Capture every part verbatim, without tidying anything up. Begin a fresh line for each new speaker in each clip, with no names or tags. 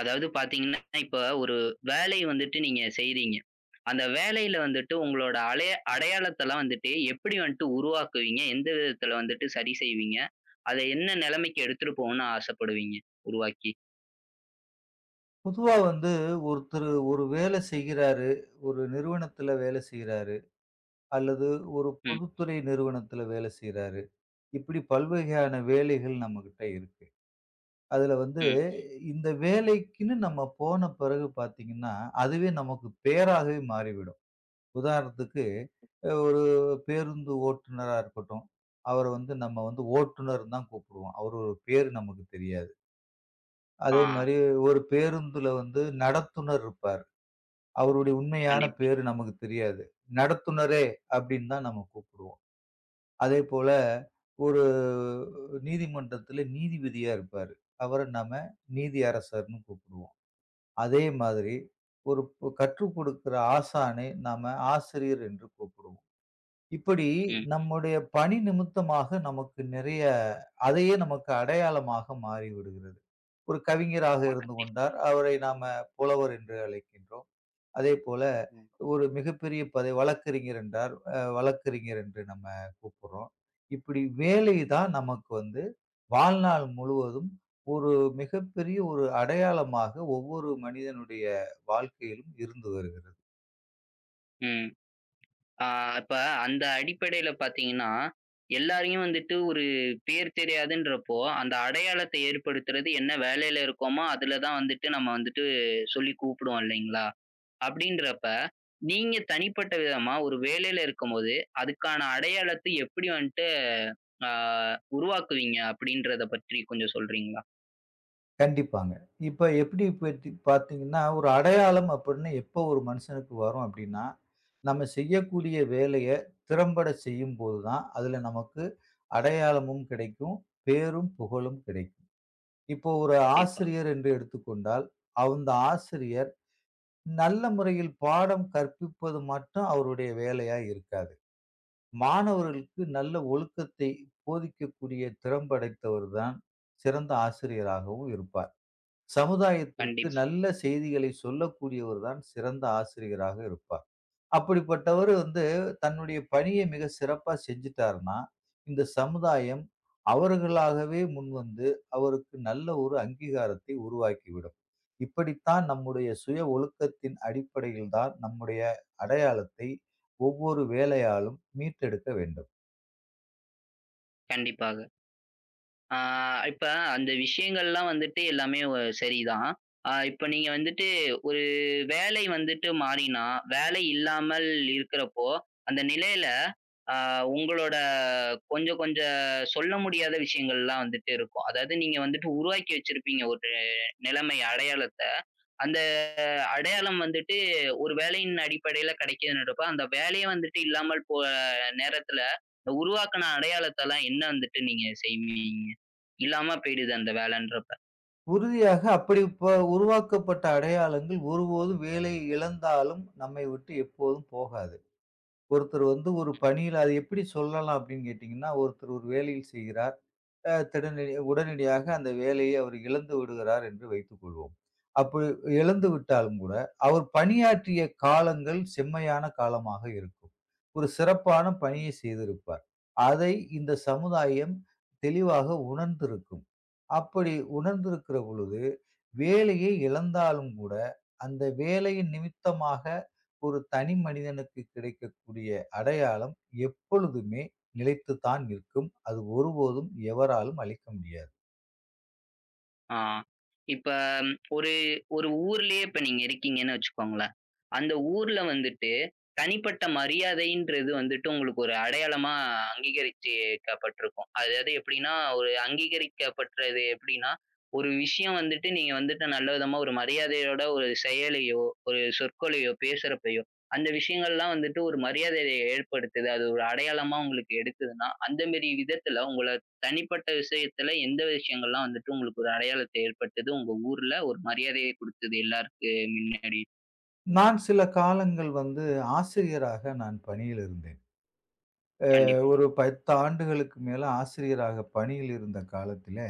அதாவது பார்த்தீங்கன்னா, இப்ப ஒரு வேலை வந்துட்டு நீங்க செய்றீங்க. அந்த வேலையில வந்துட்டு உங்களோட அலைய அடையாளத்தலாம் வந்துட்டு எப்படி வந்துட்டு உருவாக்குவீங்க? எந்த விதத்தில வந்துட்டு சரி செய்வீங்க? அத என்ன நிலைமைக்கு எடுத்துட்டு போகணும்னு ஆசைப்படுவீங்க உருவாக்கி?
பொதுவா வந்து ஒருத்தரு ஒரு வேலை செய்கிறாரு. ஒரு நிறுவனத்தில வேலை செய்றாரு. அல்லது ஒரு
ம்,
பொதுத்துறை நிறுவனத்தில வேலை செய்றாரு. இப்படி பல்வகையான வேலைகள் நம்மகிட்ட இருக்கு. அதுல வந்து
ம்.
இந்த வேலைக்குன்னு நம்ம போன பிறகு பார்த்தீங்கன்னா, அதுவே நமக்கு பேராகவே மாறிவிடும். உதாரணத்துக்கு அ ஒரு பேருந்து ஓட்டுநரா இருக்கட்டும். அவர வந்து நம்ம வந்து ஓட்டுநர்ன்னு தான் கூப்பிடுவோம். அவரோட பேரு நமக்கு தெரியாது. அதே
ஆ
மாரி ஒரு பேருந்துல வந்து நடத்துனர் இருப்பார். அவருடைய உண்மையான
கண்டிப்பா.
பேரு நமக்கு தெரியாது. நடத்துனரே அப்படின்னு தான் நம்ம கூப்பிடுவோம். அதேபோல ஒரு நீதிமன்றத்தில நீதிபதியா இருப்பாரு. அவர நாம நீதி அரசர்ன்னு கூப்பிடுவோம். அதே மாதிரி
ம்,
ஒரு ப் கற்றுக் கொடுக்கிற ஆசானை நாம ஆசிரியர் என்று கூப்பிடுவோம். இப்படி
ம்.
நம்முடைய பணி நிமித்தமாக நமக்கு நிறைய அதையே நமக்கு அடையாளமாக மாறிவிடுகிறது. ஒரு கவிஞராக
ஆமா
இருந்து
கண்டிப்பா.
கொண்டார். அவரை நாம புலவர் என்று அழைக்கின்றோம். அதேபோல
ம்,
ஒரு மிகப்பெரிய பதவி வழக்கறிஞர் என்றார் அ வழக்கறிஞர் என்று நம்ம கூப்பிடுறோம். இப்படி வேலை
ம்,
தான் நமக்கு வந்து வாழ்நாள் முழுவதும் ஒரு மிகப்பெரிய ஒரு அடையாளமாக ஒவ்வொரு மனிதனுடைய வாழ்க்கையிலும் இருந்து வருகிறது.
ம். ஆ இப்ப அந்த அடிப்படையில பார்த்தீங்கன்னா, எல்லாரையும் வந்துட்டு ஒரு பேர் தெரியாதுன்றப்போ, அந்த அடையாளத்தை ஏற்படுத்துறது என்ன வேலையில இருக்கோமோ, அதுல தான் வந்துட்டு நம்ம வந்துட்டு சொல்லி கூப்பிடுவோம் இல்லைங்களா? அப்படின்றப்ப, நீங்க தனிப்பட்ட விதமா ஒரு வேலையில இருக்கும்போது, அதுக்கான அடையாளத்தை எப்படி வந்துட்டு ஆ உருவாக்குவீங்க அப்படின்றத பற்றி கொஞ்சம் சொல்றீங்களா?
கண்டிப்பாங்க. இப்ப எப்படி பத்தி பார்த்தீங்கன்னா, ஒரு அடையாளம் அப்படின்னு எப்போ ஒரு மனுஷனுக்கு வரும் அப்படின்னா, நம்ம
ம்.
செய்யக்கூடிய வேலைய திறம்பட செய்யும்போது தான், அதுல நமக்கு அடையாளமும் கிடைக்கும், பேரும் புகழும் கிடைக்கும். இப்போ ஒரு
கண்டிப்பா.
ஆசிரியர் என்று எடுத்துக்கொண்டால், அந்த ஆசிரியர் நல்ல முறையில் பாடம் கற்பிப்பது மட்டும் அவருடைய வேலையா இருக்காது.
ம்.
மாணவர்களுக்கு நல்ல ஒழுக்கத்தை போதிக்கக்கூடிய திறம்பு படைத்தவர் தான் சிறந்த ஆசிரியராகவும் இருப்பார். சமுதாயத்திற்கு
கண்டிப்
நல்ல செய்திகளை சொல்லக்கூடியவர் தான் சிறந்த ஆசிரியராக இருப்பார். அப்படிப்பட்டவரு வந்து தன்னுடைய பணியை மிக சிறப்பா செஞ்சுட்டாருன்னா, இந்த சமுதாயம் அவர்களாகவே முன்வந்து, அவருக்கு நல்ல ஒரு அங்கீகாரத்தை உருவாக்கிவிடும். இப்படித்தான் நம்முடைய சுய ஒழுக்கத்தின் அடிப்படையில் தான் நம்முடைய அடையாளத்தை ஒவ்வொரு வேலையாளும் மீட்டெடுக்க வேண்டும்.
கண்டிப்பாக. ஆ இப்ப அந்த விஷயங்கள்லாம் வந்துட்டு எல்லாமே ஒ சரிதான். ஆ இப்ப நீங்க வந்துட்டு ஒரு வேலை வந்துட்டு மாறினா, வேலை இல்லாமல் இருக்கிறப்போ, அந்த நிலையில ஆ உங்களோட கொஞ்சம் கொஞ்சம் சொல்ல முடியாத விஷயங்கள்லாம் வந்துட்டு இருக்கும். அதாவது நீங்க வந்துட்டு உருவாக்கி வச்சிருப்பீங்க ஒரு நிலைமை, அடையாளத்த. அந்த அடையாளம் வந்துட்டு ஒரு வேலையின் அடிப்படையில கிடைக்குதுன்றப்ப, அந்த வேலையே வந்துட்டு இல்லாமல் போற நேரத்துல, இந்த உருவாக்குன அடையாளத்தலாம் என்ன வந்துட்டு நீங்க செய்வீங்க? இல்லாம போயிடுது அந்த வேலைன்றப்ப.
உறுதியாக அப்படி ப உருவாக்கப்பட்ட அடையாளங்கள் ஒருபோதும் வேலையை இழந்தாலும் நம்மை விட்டு எப்போதும் போகாது. ஒருத்தர் வந்து ஒரு
ம்.
பணியில அது எப்படி சொல்லலாம் அப்படின்னு கேட்டீங்கன்னா, ஒருத்தர் ஒரு வேலையில் செய்கிறார். அ திடனடி உடனடியாக அந்த வேலையை அவர் இழந்து விடுகிறார் என்று வைத்துக்கொள்வோம். அப்படி இழந்து
ம்,
விட்டாலும் கூட, அவர் பணியாற்றிய காலங்கள் செம்மையான காலமாக இருக்கும். ஒரு சிறப்பான
ம்.
பணியை செய்திருப்பார். அதை இந்த சமுதாயம் தெளிவாக உணர்ந்திருக்கும். அப்படி உணர்ந்திருக்கிற பொழுது, வேலையை இழந்தாலும் கூட, அந்த வேலையின் நிமித்தமாக ஒரு தனி மனிதனுக்கு கிடைக்கக்கூடிய அடையாளம் எப்பொழுதுமே நிலைத்துத்தான் நிற்கும். அது ஒருபோதும் எவராலும் அழிக்க முடியாது.
ஆ. இப்ப ம், ஒரு ஒரு ஊர்லயே இப்ப நீங்க இருக்கீங்கன்னு வச்சுக்கோங்களேன். அந்த ஊர்ல வந்துட்டு தனிப்பட்ட மரியாதைன்றது வந்துட்டு உங்களுக்கு ஒரு அடையாளமா அங்கீகரிச்சுக்கப்பட்டிருக்கும். அதாவது எப்படின்னா, ஒரு அங்கீகரிக்கப்பட்டது எப்படின்னா, ஒரு விஷயம் வந்துட்டு நீங்க வந்துட்டு நல்ல விதமா ஒரு மரியாதையோட ஒரு செயலையோ, ஒரு சொற்களையோ, பேசுறப்பயோ, அந்த விஷயங்கள்லாம் வந்துட்டு ஒரு மரியாதைய ஏற்படுத்துது. அது ஒரு அடையாளமா உங்களுக்கு எடுக்குதுன்னா, அந்த மாரி விதத்துல உங்கள தனிப்பட்ட விஷயத்துல எந்த விஷயங்கள்லாம் வந்துட்டு உங்களுக்கு ஒரு அடையாளத்த ஏற்படுத்துது? உங்க ஊர்ல ஒரு மரியாதைய குடுத்தது எல்லாருக்கு முன்னாடி.
நான் சில காலங்கள் வந்து ஆசிரியராக நான் பணியில் இருந்தேன். அ
கண்டிப்பா.
ஒரு பத்து ஆண்டுகளுக்கு மேல ஆசிரியராக பணியில் இருந்த காலத்திலே,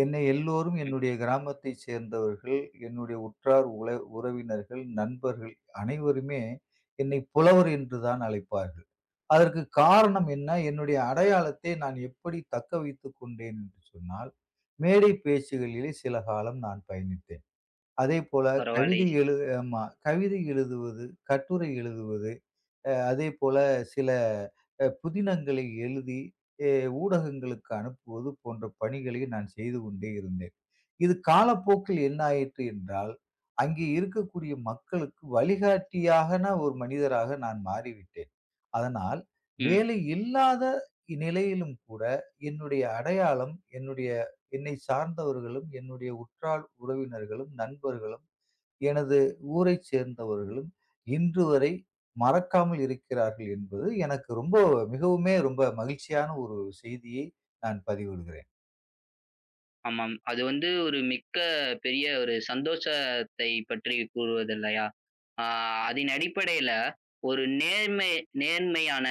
என்னை எல்லோரும்
ம்.
என்னுடைய கிராமத்தைச் சேர்ந்தவர்கள், என்னுடைய உற்றார் உள உறவினர்கள், நண்பர்கள் அனைவருமே என்னை புலவர் என்று தான் அழைப்பார்கள். அதற்கு காரணம் என்ன? என்னுடைய அடையாளத்தை நான் எப்படி தக்க வைத்துக் கொண்டேன் என்று சொன்னால், மேடை பேச்சுகளிலே சில காலம் நான் பயணித்தேன். அதேபோல
பரவால்லை.
கவிதை எழு ஆமா. கவிதை எழுதுவது, கட்டுரை எழுதுவது, அ அதேபோல சில அ புதினங்களை எழுதி, எ ஊடகங்களுக்கு அனுப்புவது போன்ற பணிகளை நான் செய்து கொண்டே இருந்தேன். இது காலப்போக்கில் என்ன ஆயிற்று என்றால், அங்கே இருக்கக்கூடிய மக்களுக்கு வழிகாட்டியாக நான் ஒரு மனிதராக நான் மாறிவிட்டேன். அதனால்,
ம்.
வேலை இல்லாத நிலையிலும் கூட என்னுடைய அடையாளம், என்னுடைய என்னை சார்ந்தவர்களும், என்னுடைய உற்றார் உறவினர்களும், நண்பர்களும், எனது ஊரைச் சேர்ந்தவர்களும் இன்று வரை மறக்காமல் இருக்கிறார்கள் என்பது எனக்கு ரொம்ப மிகவுமே ரொம்ப மகிழ்ச்சியான ஒரு செய்தியை நான் பதிவிடுகிறேன்.
ஆமாம். அது வந்து ஒரு மிக்க பெரிய ஒரு சந்தோஷத்தை பற்றி கூறுவது இல்லையா? ஆ அதன் அடிப்படையில ஒரு நேர்மை நேர்மையான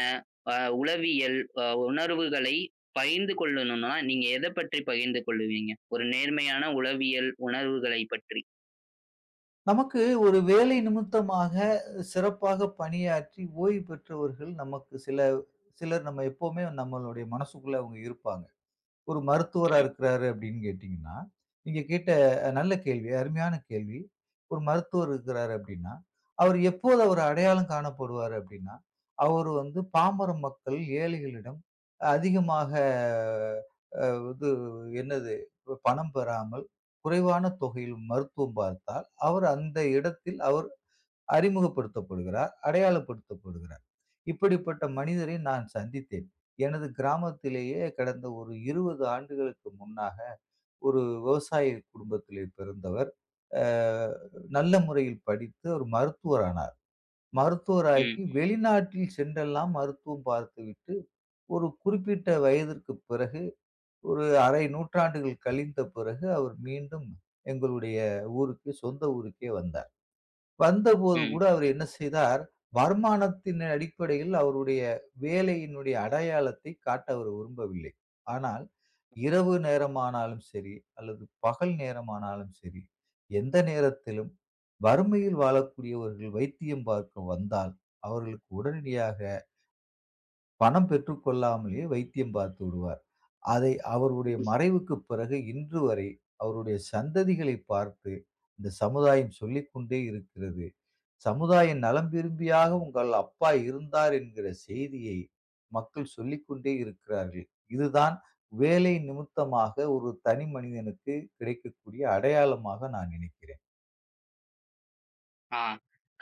அ உளவியல் அ உணர்வுகளை பகிர்ந்து கொள்ளணும்னா, நீங்க எத பற்றி பகிர்ந்து கொள்ளுவீங்க? ஒரு நேர்மையான உளவியல் உணர்வுகளை பற்றி.
நமக்கு ஒரு வேலை நிமித்தமாக சிறப்பாக பணியாற்றி ஓய்வு பெற்றவர்கள் நமக்கு சில சிலர் நம்ம எப்பவுமே நம்மளுடைய மனசுக்குள்ள அவங்க இருப்பாங்க. ஒரு மருத்துவரா
ம்.
இருக்கிறாரு அப்படின்னு கேட்டீங்கன்னா, நீங்க கேட்ட அஹ், நல்ல கேள்வி. அருமையான கேள்வி. ஒரு மருத்துவர் இருக்கிறாரு அப்படின்னா, அவர் எப்போது அவர் அடையாளம் காணப்படுவாரு அப்படின்னா, அவர் வந்து பாமர மக்கள், ஏழைகளிடம் அதிகமாக அ இது என்னது பணம் பெறாமல் குறைவான தொகையில் மருத்துவம் பார்த்தால், அவர் அந்த இடத்தில் அவர் அறிமுகப்படுத்தப்படுகிறார், அடையாளப்படுத்தப்படுகிறார். இப்படிப்பட்ட மனிதரை நான் சந்தித்தேன். எனது கிராமத்திலேயே கடந்த ஒரு இருபது ஆண்டுகளுக்கு முன்னாக ஒரு விவசாய குடும்பத்திலே பிறந்தவர். அ நல்ல முறையில் படித்து ஒரு மருத்துவரானார்.
ம்.
மருத்துவராகி வெளிநாட்டில் சென்றெல்லாம் மருத்துவம் பார்த்துவிட்டு, ஒரு குறிப்பிட்ட வயதிற்கு பிறகு ஒரு அரை நூற்றாண்டுகள் கழிந்த பிறகு அவர் மீண்டும் எங்களுடைய ஊருக்கு சொந்த ஊருக்கே வந்தார். வந்தபோது கூட அவர் என்ன செய்தார், வருமானத்தின் அடிப்படையில் அவருடைய வேலையினுடைய அடையாளத்தை காட்ட அவர் விரும்பவில்லை. ஆனால், இரவு நேரமானாலும் சரி, அல்லது பகல் நேரமானாலும் சரி, எந்த நேரத்திலும் வறுமையில் வாழக்கூடியவர்கள் வைத்தியம் பார்க்க வந்தால், அவர்களுக்கு உடனடியாக பணம் பெற்றுக் கொள்ளாமலேயே வைத்தியம் பார்த்து விடுவார். அதை அவருடைய
ம்.
மறைவுக்குப் பிறகு இன்று வரை அவருடைய சந்ததிகளை பார்த்து இந்த சமுதாயம் சொல்லிக்கொண்டே இருக்கிறது. சமுதாய நலம் விரும்பியாக உங்கள் அப்பா இருந்தார் என்கிற செய்தியை மக்கள் சொல்லிக்கொண்டே இருக்கிறார்கள். இதுதான் வேலை நிமித்தமாக ஒரு தனி மனிதனுக்கு கிடைக்கக்கூடிய அடையாளமாக நான் நினைக்கிறேன்.
ஆ.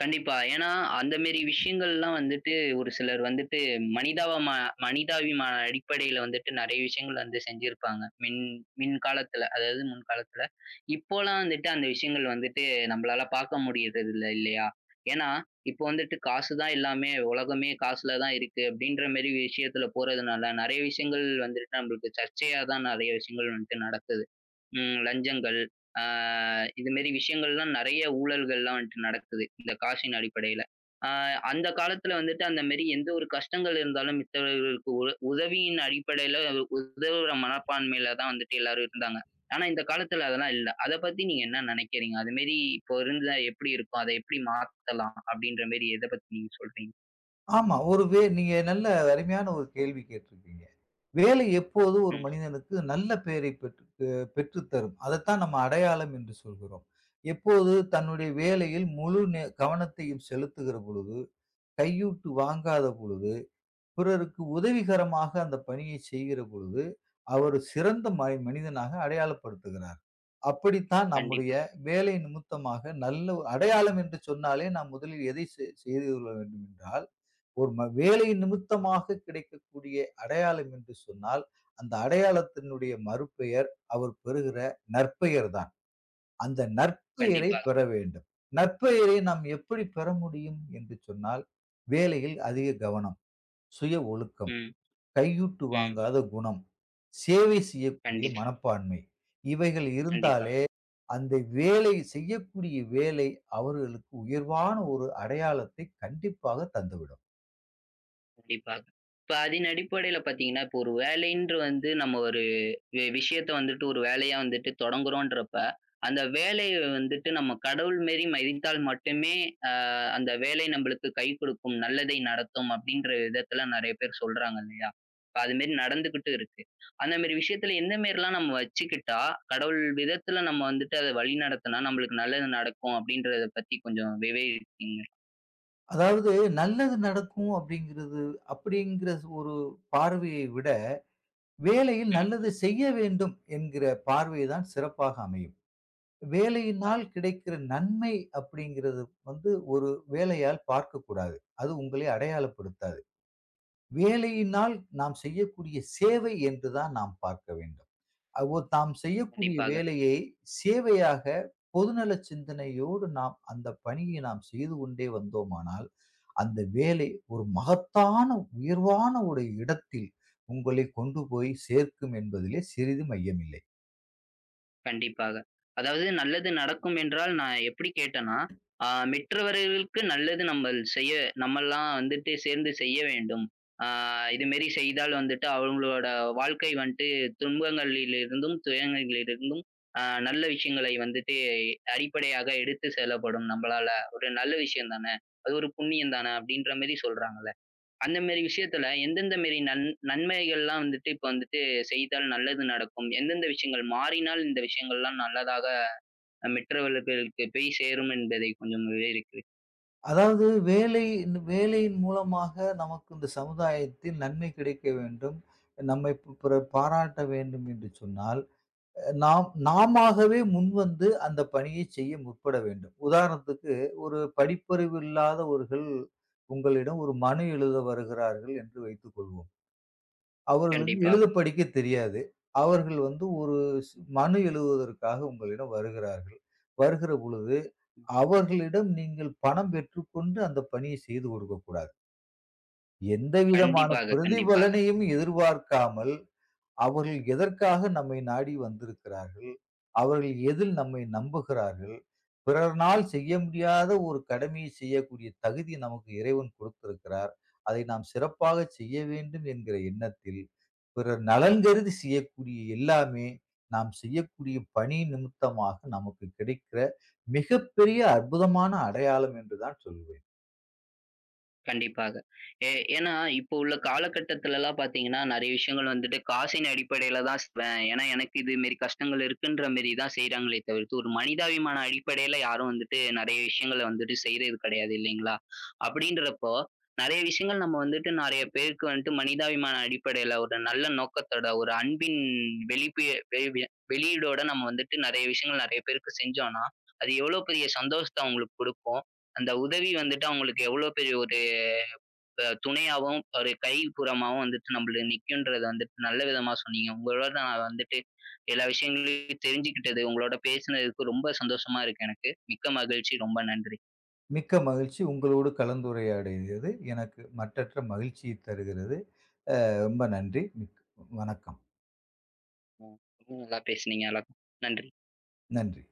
கண்டிப்பா. ஏன்னா, அந்த மேரி விஷயங்கள்லாம் வந்துட்டு ஒரு சிலர் வந்துட்டு மனிதாவமா மனிதாபிமான அடிப்படையில வந்துட்டு நெறைய விஷயங்கள் வந்து செஞ்சிருப்பாங்க. மின் மின் காலத்துல, அதாவது முன்காலத்துல. இப்போலாம் வந்துட்டு அந்த விஷயங்கள் வந்துட்டு நம்மளால பார்க்க முடியறதில்ல இல்லையா? ஏன்னா, இப்போ வந்துட்டு காசு தான் எல்லாமே, உலகமே காசுல தான் இருக்கு அப்படின்ற மேரி விஷயத்துல போறதுனால, நெறைய விஷயங்கள் வந்துட்டு நம்மளுக்கு சர்ச்சையா தான் நெறைய விஷயங்கள் வந்துட்டு நடக்குது. ம் லஞ்சங்கள், ஆ இது மாரி விஷயங்கள்லாம் நெறைய ஊழல்கள்லாம் வந்துட்டு நடக்குது. இந்த காசின் அடிப்படையில. ஆ அந்த காலத்துல வந்துட்டு அந்த மாரி எந்த ஒரு கஷ்டங்கள் இருந்தாலும் மித்தவர்களுக்கு உ உதவியின் அடிப்படையில ஒரு உதவுற மனப்பான்மையில தான் வந்துட்டு எல்லாரும் இருந்தாங்க. ஆனா இந்த காலத்துல அதெல்லாம் இல்ல. அத பத்தி நீங்க என்ன நெனைக்கிறீங்க? அது மாரி இப்போ இருந்தா எப்படி இருக்கும்? அத எப்படி மாத்தலாம்? அப்படின்ற மாரி எத பத்தி நீங்க சொல்றீங்க?
ஆமா. ஒரு வே நீங்க நல்ல அருமையான ஒரு கேள்வி கேட்டிருக்கீங்க. வேலை எப்போது ஒரு
ம்.
மனிதனுக்கு நல்ல பெயரை பெற்று அ பெற்றுத் தரும். அதத்தான் நம்ம அடையாளம் என்று சொல்கிறோம். எப்போது தன்னுடைய
கண்டிப்
வேலையில் முழு நே கவனத்தையும் செலுத்துகிற பொழுது, கையூட்டு வாங்காத பொழுது, பிறருக்கு உதவிகரமாக அந்த பணியை செய்கிற பொழுது, அவர் சிறந்த ம மனிதனாக அடையாளப்படுத்துகிறார். அப்படித்தான் நம்முடைய
கண்டிப்பா,
வேலை நிமித்தமாக நல்ல ஒரு அடையாளம் என்று சொன்னாலே நாம் முதலில் எதை செ செய்து கொள்ள வேண்டும் என்றால், ஒரு ம வேலை நிமித்தமாக கிடைக்கக்கூடிய அடையாளம் என்று சொன்னால், அந்த அடையாளத்தினுடைய மறுபெயர் அவர் பெறுகிற நற்பெயர் தான். அந்த நற்பெயரை
கண்டிப்பா.
பெற வேண்டும். நற்பெயரை நாம் எப்படி பெற முடியும் என்று சொன்னால், வேலையில் அதிக கவனம், சுய ஒழுக்கம்,
ம்,
கையூட்டு
ம்.
வாங்காத குணம், சேவை செய்யக்கூடிய
கண்டிப்பா,
மனப்பான்மை. இவைகள்
கண்டிப்பா.
இருந்தாலே அந்த வேலை செய்யக்கூடிய வேலை அவர்களுக்கு உயர்வான ஒரு அடையாளத்தை கண்டிப்பாக தந்துவிடும்.
கண்டிப்பாக. இப்ப அதன் அடிப்படையில பார்த்தீங்கன்னா, இப்போ ஒரு வேலைன்று வந்து நம்ம ஒரு வி விஷயத்த வந்துட்டு ஒரு வேலையா வந்துட்டு தொடங்குறோன்றப்ப, அந்த வேலைய வந்துட்டு நம்ம கடவுள் மாரி மதித்தால் மட்டுமே, அ அந்த வேலை நம்பளுக்கு கை கொடுக்கும், நல்லதை நடத்தும் அப்டின்ற விதத்துல நெறைய பேர் சொல்றாங்க இல்லையா? இப்ப அது மாரி நடந்துகிட்டு இருக்கு. அந்த மாரி விஷயத்துல எந்த மாரிலாம் நம்ம வச்சுக்கிட்டா, கடவுள் விதத்துல நம்ம வந்துட்டு அத வழி நடத்துனா நம்மளுக்கு நல்லது நடக்கும் அப்டின்றத பத்தி கொஞ்சம் விவரிப்பீங்களா?
அதாவது நல்லது நடக்கும் அப்படிங்கிறது அப்படிங்கிற ஒரு பார்வையை விட, வேலையில்
ம்.
நல்லது செய்ய வேண்டும் என்கிற பார்வை தான் சிறப்பாக அமையும். வேலையினால்
கண்டிப்பாக.
கிடைக்கிற நன்மை அப்படிங்கிறது வந்து ஒரு வேலையால் பார்க்கக்கூடாது. அது உங்களை அடையாளப்படுத்தாது.
ம்.
வேலையினால் நாம் செய்யக்கூடிய சேவை என்று தான் நாம் பார்க்க வேண்டும். அவ்வோ தாம் செய்யக்கூடிய
கண்டிப்பாக.
வேலையை சேவையாக பொதுநல சிந்தனையோடு நாம் அந்த பணியை நாம் செய்து கொண்டே வந்தோமானால் அந்த வேலை ஒரு மகத்தான உயர்வான ஒரு இடத்தில் உங்களை கொண்டு போய் சேர்க்கும் என்பதிலே சிறிது ஐயமில்லை.
கண்டிப்பாக. அதாவது நல்லது நடக்கும் என்றால் நான் எப்படி கேட்டேன்னா, ஆ மற்றவர்களுக்கு நல்லது நம்மள் செய்ய நம்மல்லாம் வந்துட்டு சேர்ந்து செய்ய வேண்டும். ஆ இதுமாரி செய்தால் வந்துட்டு அவங்களோட வாழ்க்கை வந்துட்டு துன்பங்களிலிருந்தும், துயரங்களிலிருந்தும் அ நல்ல விஷயங்களை வந்துட்டு அடிப்படையாக எடுத்து செல்லப்படும் நம்மளால. ஒரு நல்ல விஷயம் தானே! அது ஒரு புண்ணியம் தானே! அப்படின்ற மாரி சொல்றாங்கல்ல. அந்த மாரி விஷயத்துல எந்தெந்த மாரி நன் நன்மைகள்லாம் வந்துட்டு இப்ப வந்துட்டு செய்தால் நல்லது நடக்கும்? எந்தெந்த விஷயங்கள் மாறினால் இந்த விஷயங்கள்லாம் நல்லதாக மற்றவர்களுக்கு போய் சேரும் என்பதை கொஞ்சம் விவரிக்கிறீர்
அதாவது வேலை வேலையின் மூலமாக நமக்கு இந்த சமுதாயத்தில் நன்மை கிடைக்க வேண்டும். நம்மை பி பிறர் பாராட்ட வேண்டும் என்று சொன்னால், அஹ், நாம் நாமாகவே முன்வந்து அந்த பணியை செய்ய முற்பட வேண்டும். உதாரணத்துக்கு ஒரு படிப்பறிவு இல்லாதவர்கள் உங்களிடம் ஒரு மனு எழுத வருகிறார்கள் என்று வைத்துக்கொள்வோம். அவர்களுக்கு எழுத
கண்டிப்பாக.
படிக்க தெரியாது. அவர்கள் வந்து ஒரு ஸ் மனு எழுதுவதற்காக உங்களிடம் வருகிறார்கள். வருகிற பொழுது அவர்களிடம் நீங்கள் பணம் பெற்றுக்கொண்டு அந்த பணியை செய்து கொடுக்கக்கூடாது. எந்தவிதமான
கண்டிப்பாக, கண்டிப்பாக.
பிரதிபலனையும் எதிர்பார்க்காமல் அவர்கள் எதற்காக நம்மை நாடி வந்திருக்கிறார்கள்? அவர்கள் எதில் நம்மை நம்புகிறார்கள்? பிறர்னால் செய்ய முடியாத ஒரு கடமையை செய்யக்கூடிய தகுதி நமக்கு இறைவன் கொடுத்திருக்கிறார். அதை நாம் சிறப்பாக செய்ய வேண்டும் என்கிற எண்ணத்தில், பிறர் நலன் கருதி செய்யக்கூடிய எல்லாமே, நாம் செய்யக்கூடிய பணி நிமித்தமாக நமக்கு கிடைக்கிற மிகப்பெரிய அற்புதமான அடையாளம் என்று தான் சொல்லுவேன்.
கண்டிப்பாக. ஏ ஏன்னா, இப்போ உள்ள காலகட்டத்துலலாம் பார்த்தீங்கன்னா, நெறைய விஷயங்கள் வந்துட்டு காசின் அடிப்படையில தான் செய்வேன். ஏன்னா, எனக்கு இது மாரி கஷ்டங்கள் இருக்குன்ற மாரி தான் செய்றாங்களே தவிர்த்து, ஒரு மனிதாபிமான அடிப்படையில யாரும் வந்துட்டு நெறைய விஷயங்கள வந்துட்டு செய்றது கிடையாது இல்லைங்களா? அப்படின்றப்போ, நெறைய விஷயங்கள் நம்ம வந்துட்டு நெறைய பேருக்கு வந்துட்டு மனிதாபிமான அடிப்படையில ஒரு நல்ல நோக்கத்தோட, ஒரு அன்பின் வெளிப்பிய வெளிவிய வெளியீடோட நம்ம வந்துட்டு நெறைய விஷயங்கள் நெறைய பேருக்கு செஞ்சோம்னா, அது எவ்வளோ பெரிய சந்தோஷத்த அவங்களுக்கு குடுக்கும். அந்த உதவி வந்துட்டு அவங்களுக்கு எவ்வளோ பெரிய ஒரு அ துணையாவும், ஒரு கைப்புறமாவும் வந்துட்டு நம்மள நிக்குன்றத வந்துட்டு நல்ல விதமா சொன்னீங்க. உங்களோட நான் வந்துட்டு எல்லா விஷயங்களையும் தெரிஞ்சுக்கிட்டது, உங்களோட பேசினதுக்கு ரொம்ப சந்தோஷமா இருக்கு எனக்கு. மிக்க மகிழ்ச்சி. ரொம்ப நன்றி.
மிக்க மகிழ்ச்சி. உங்களோடு கலந்துரையாடியது எனக்கு மற்றற்ற மகிழ்ச்சியை தருகிறது. ரொம்ப நன்றி. மிக் வணக்கம்.
ம். ரொம்ப நல்லா பேசுனீங்க. எல்லாருக்கும். நன்றி.
நன்றி.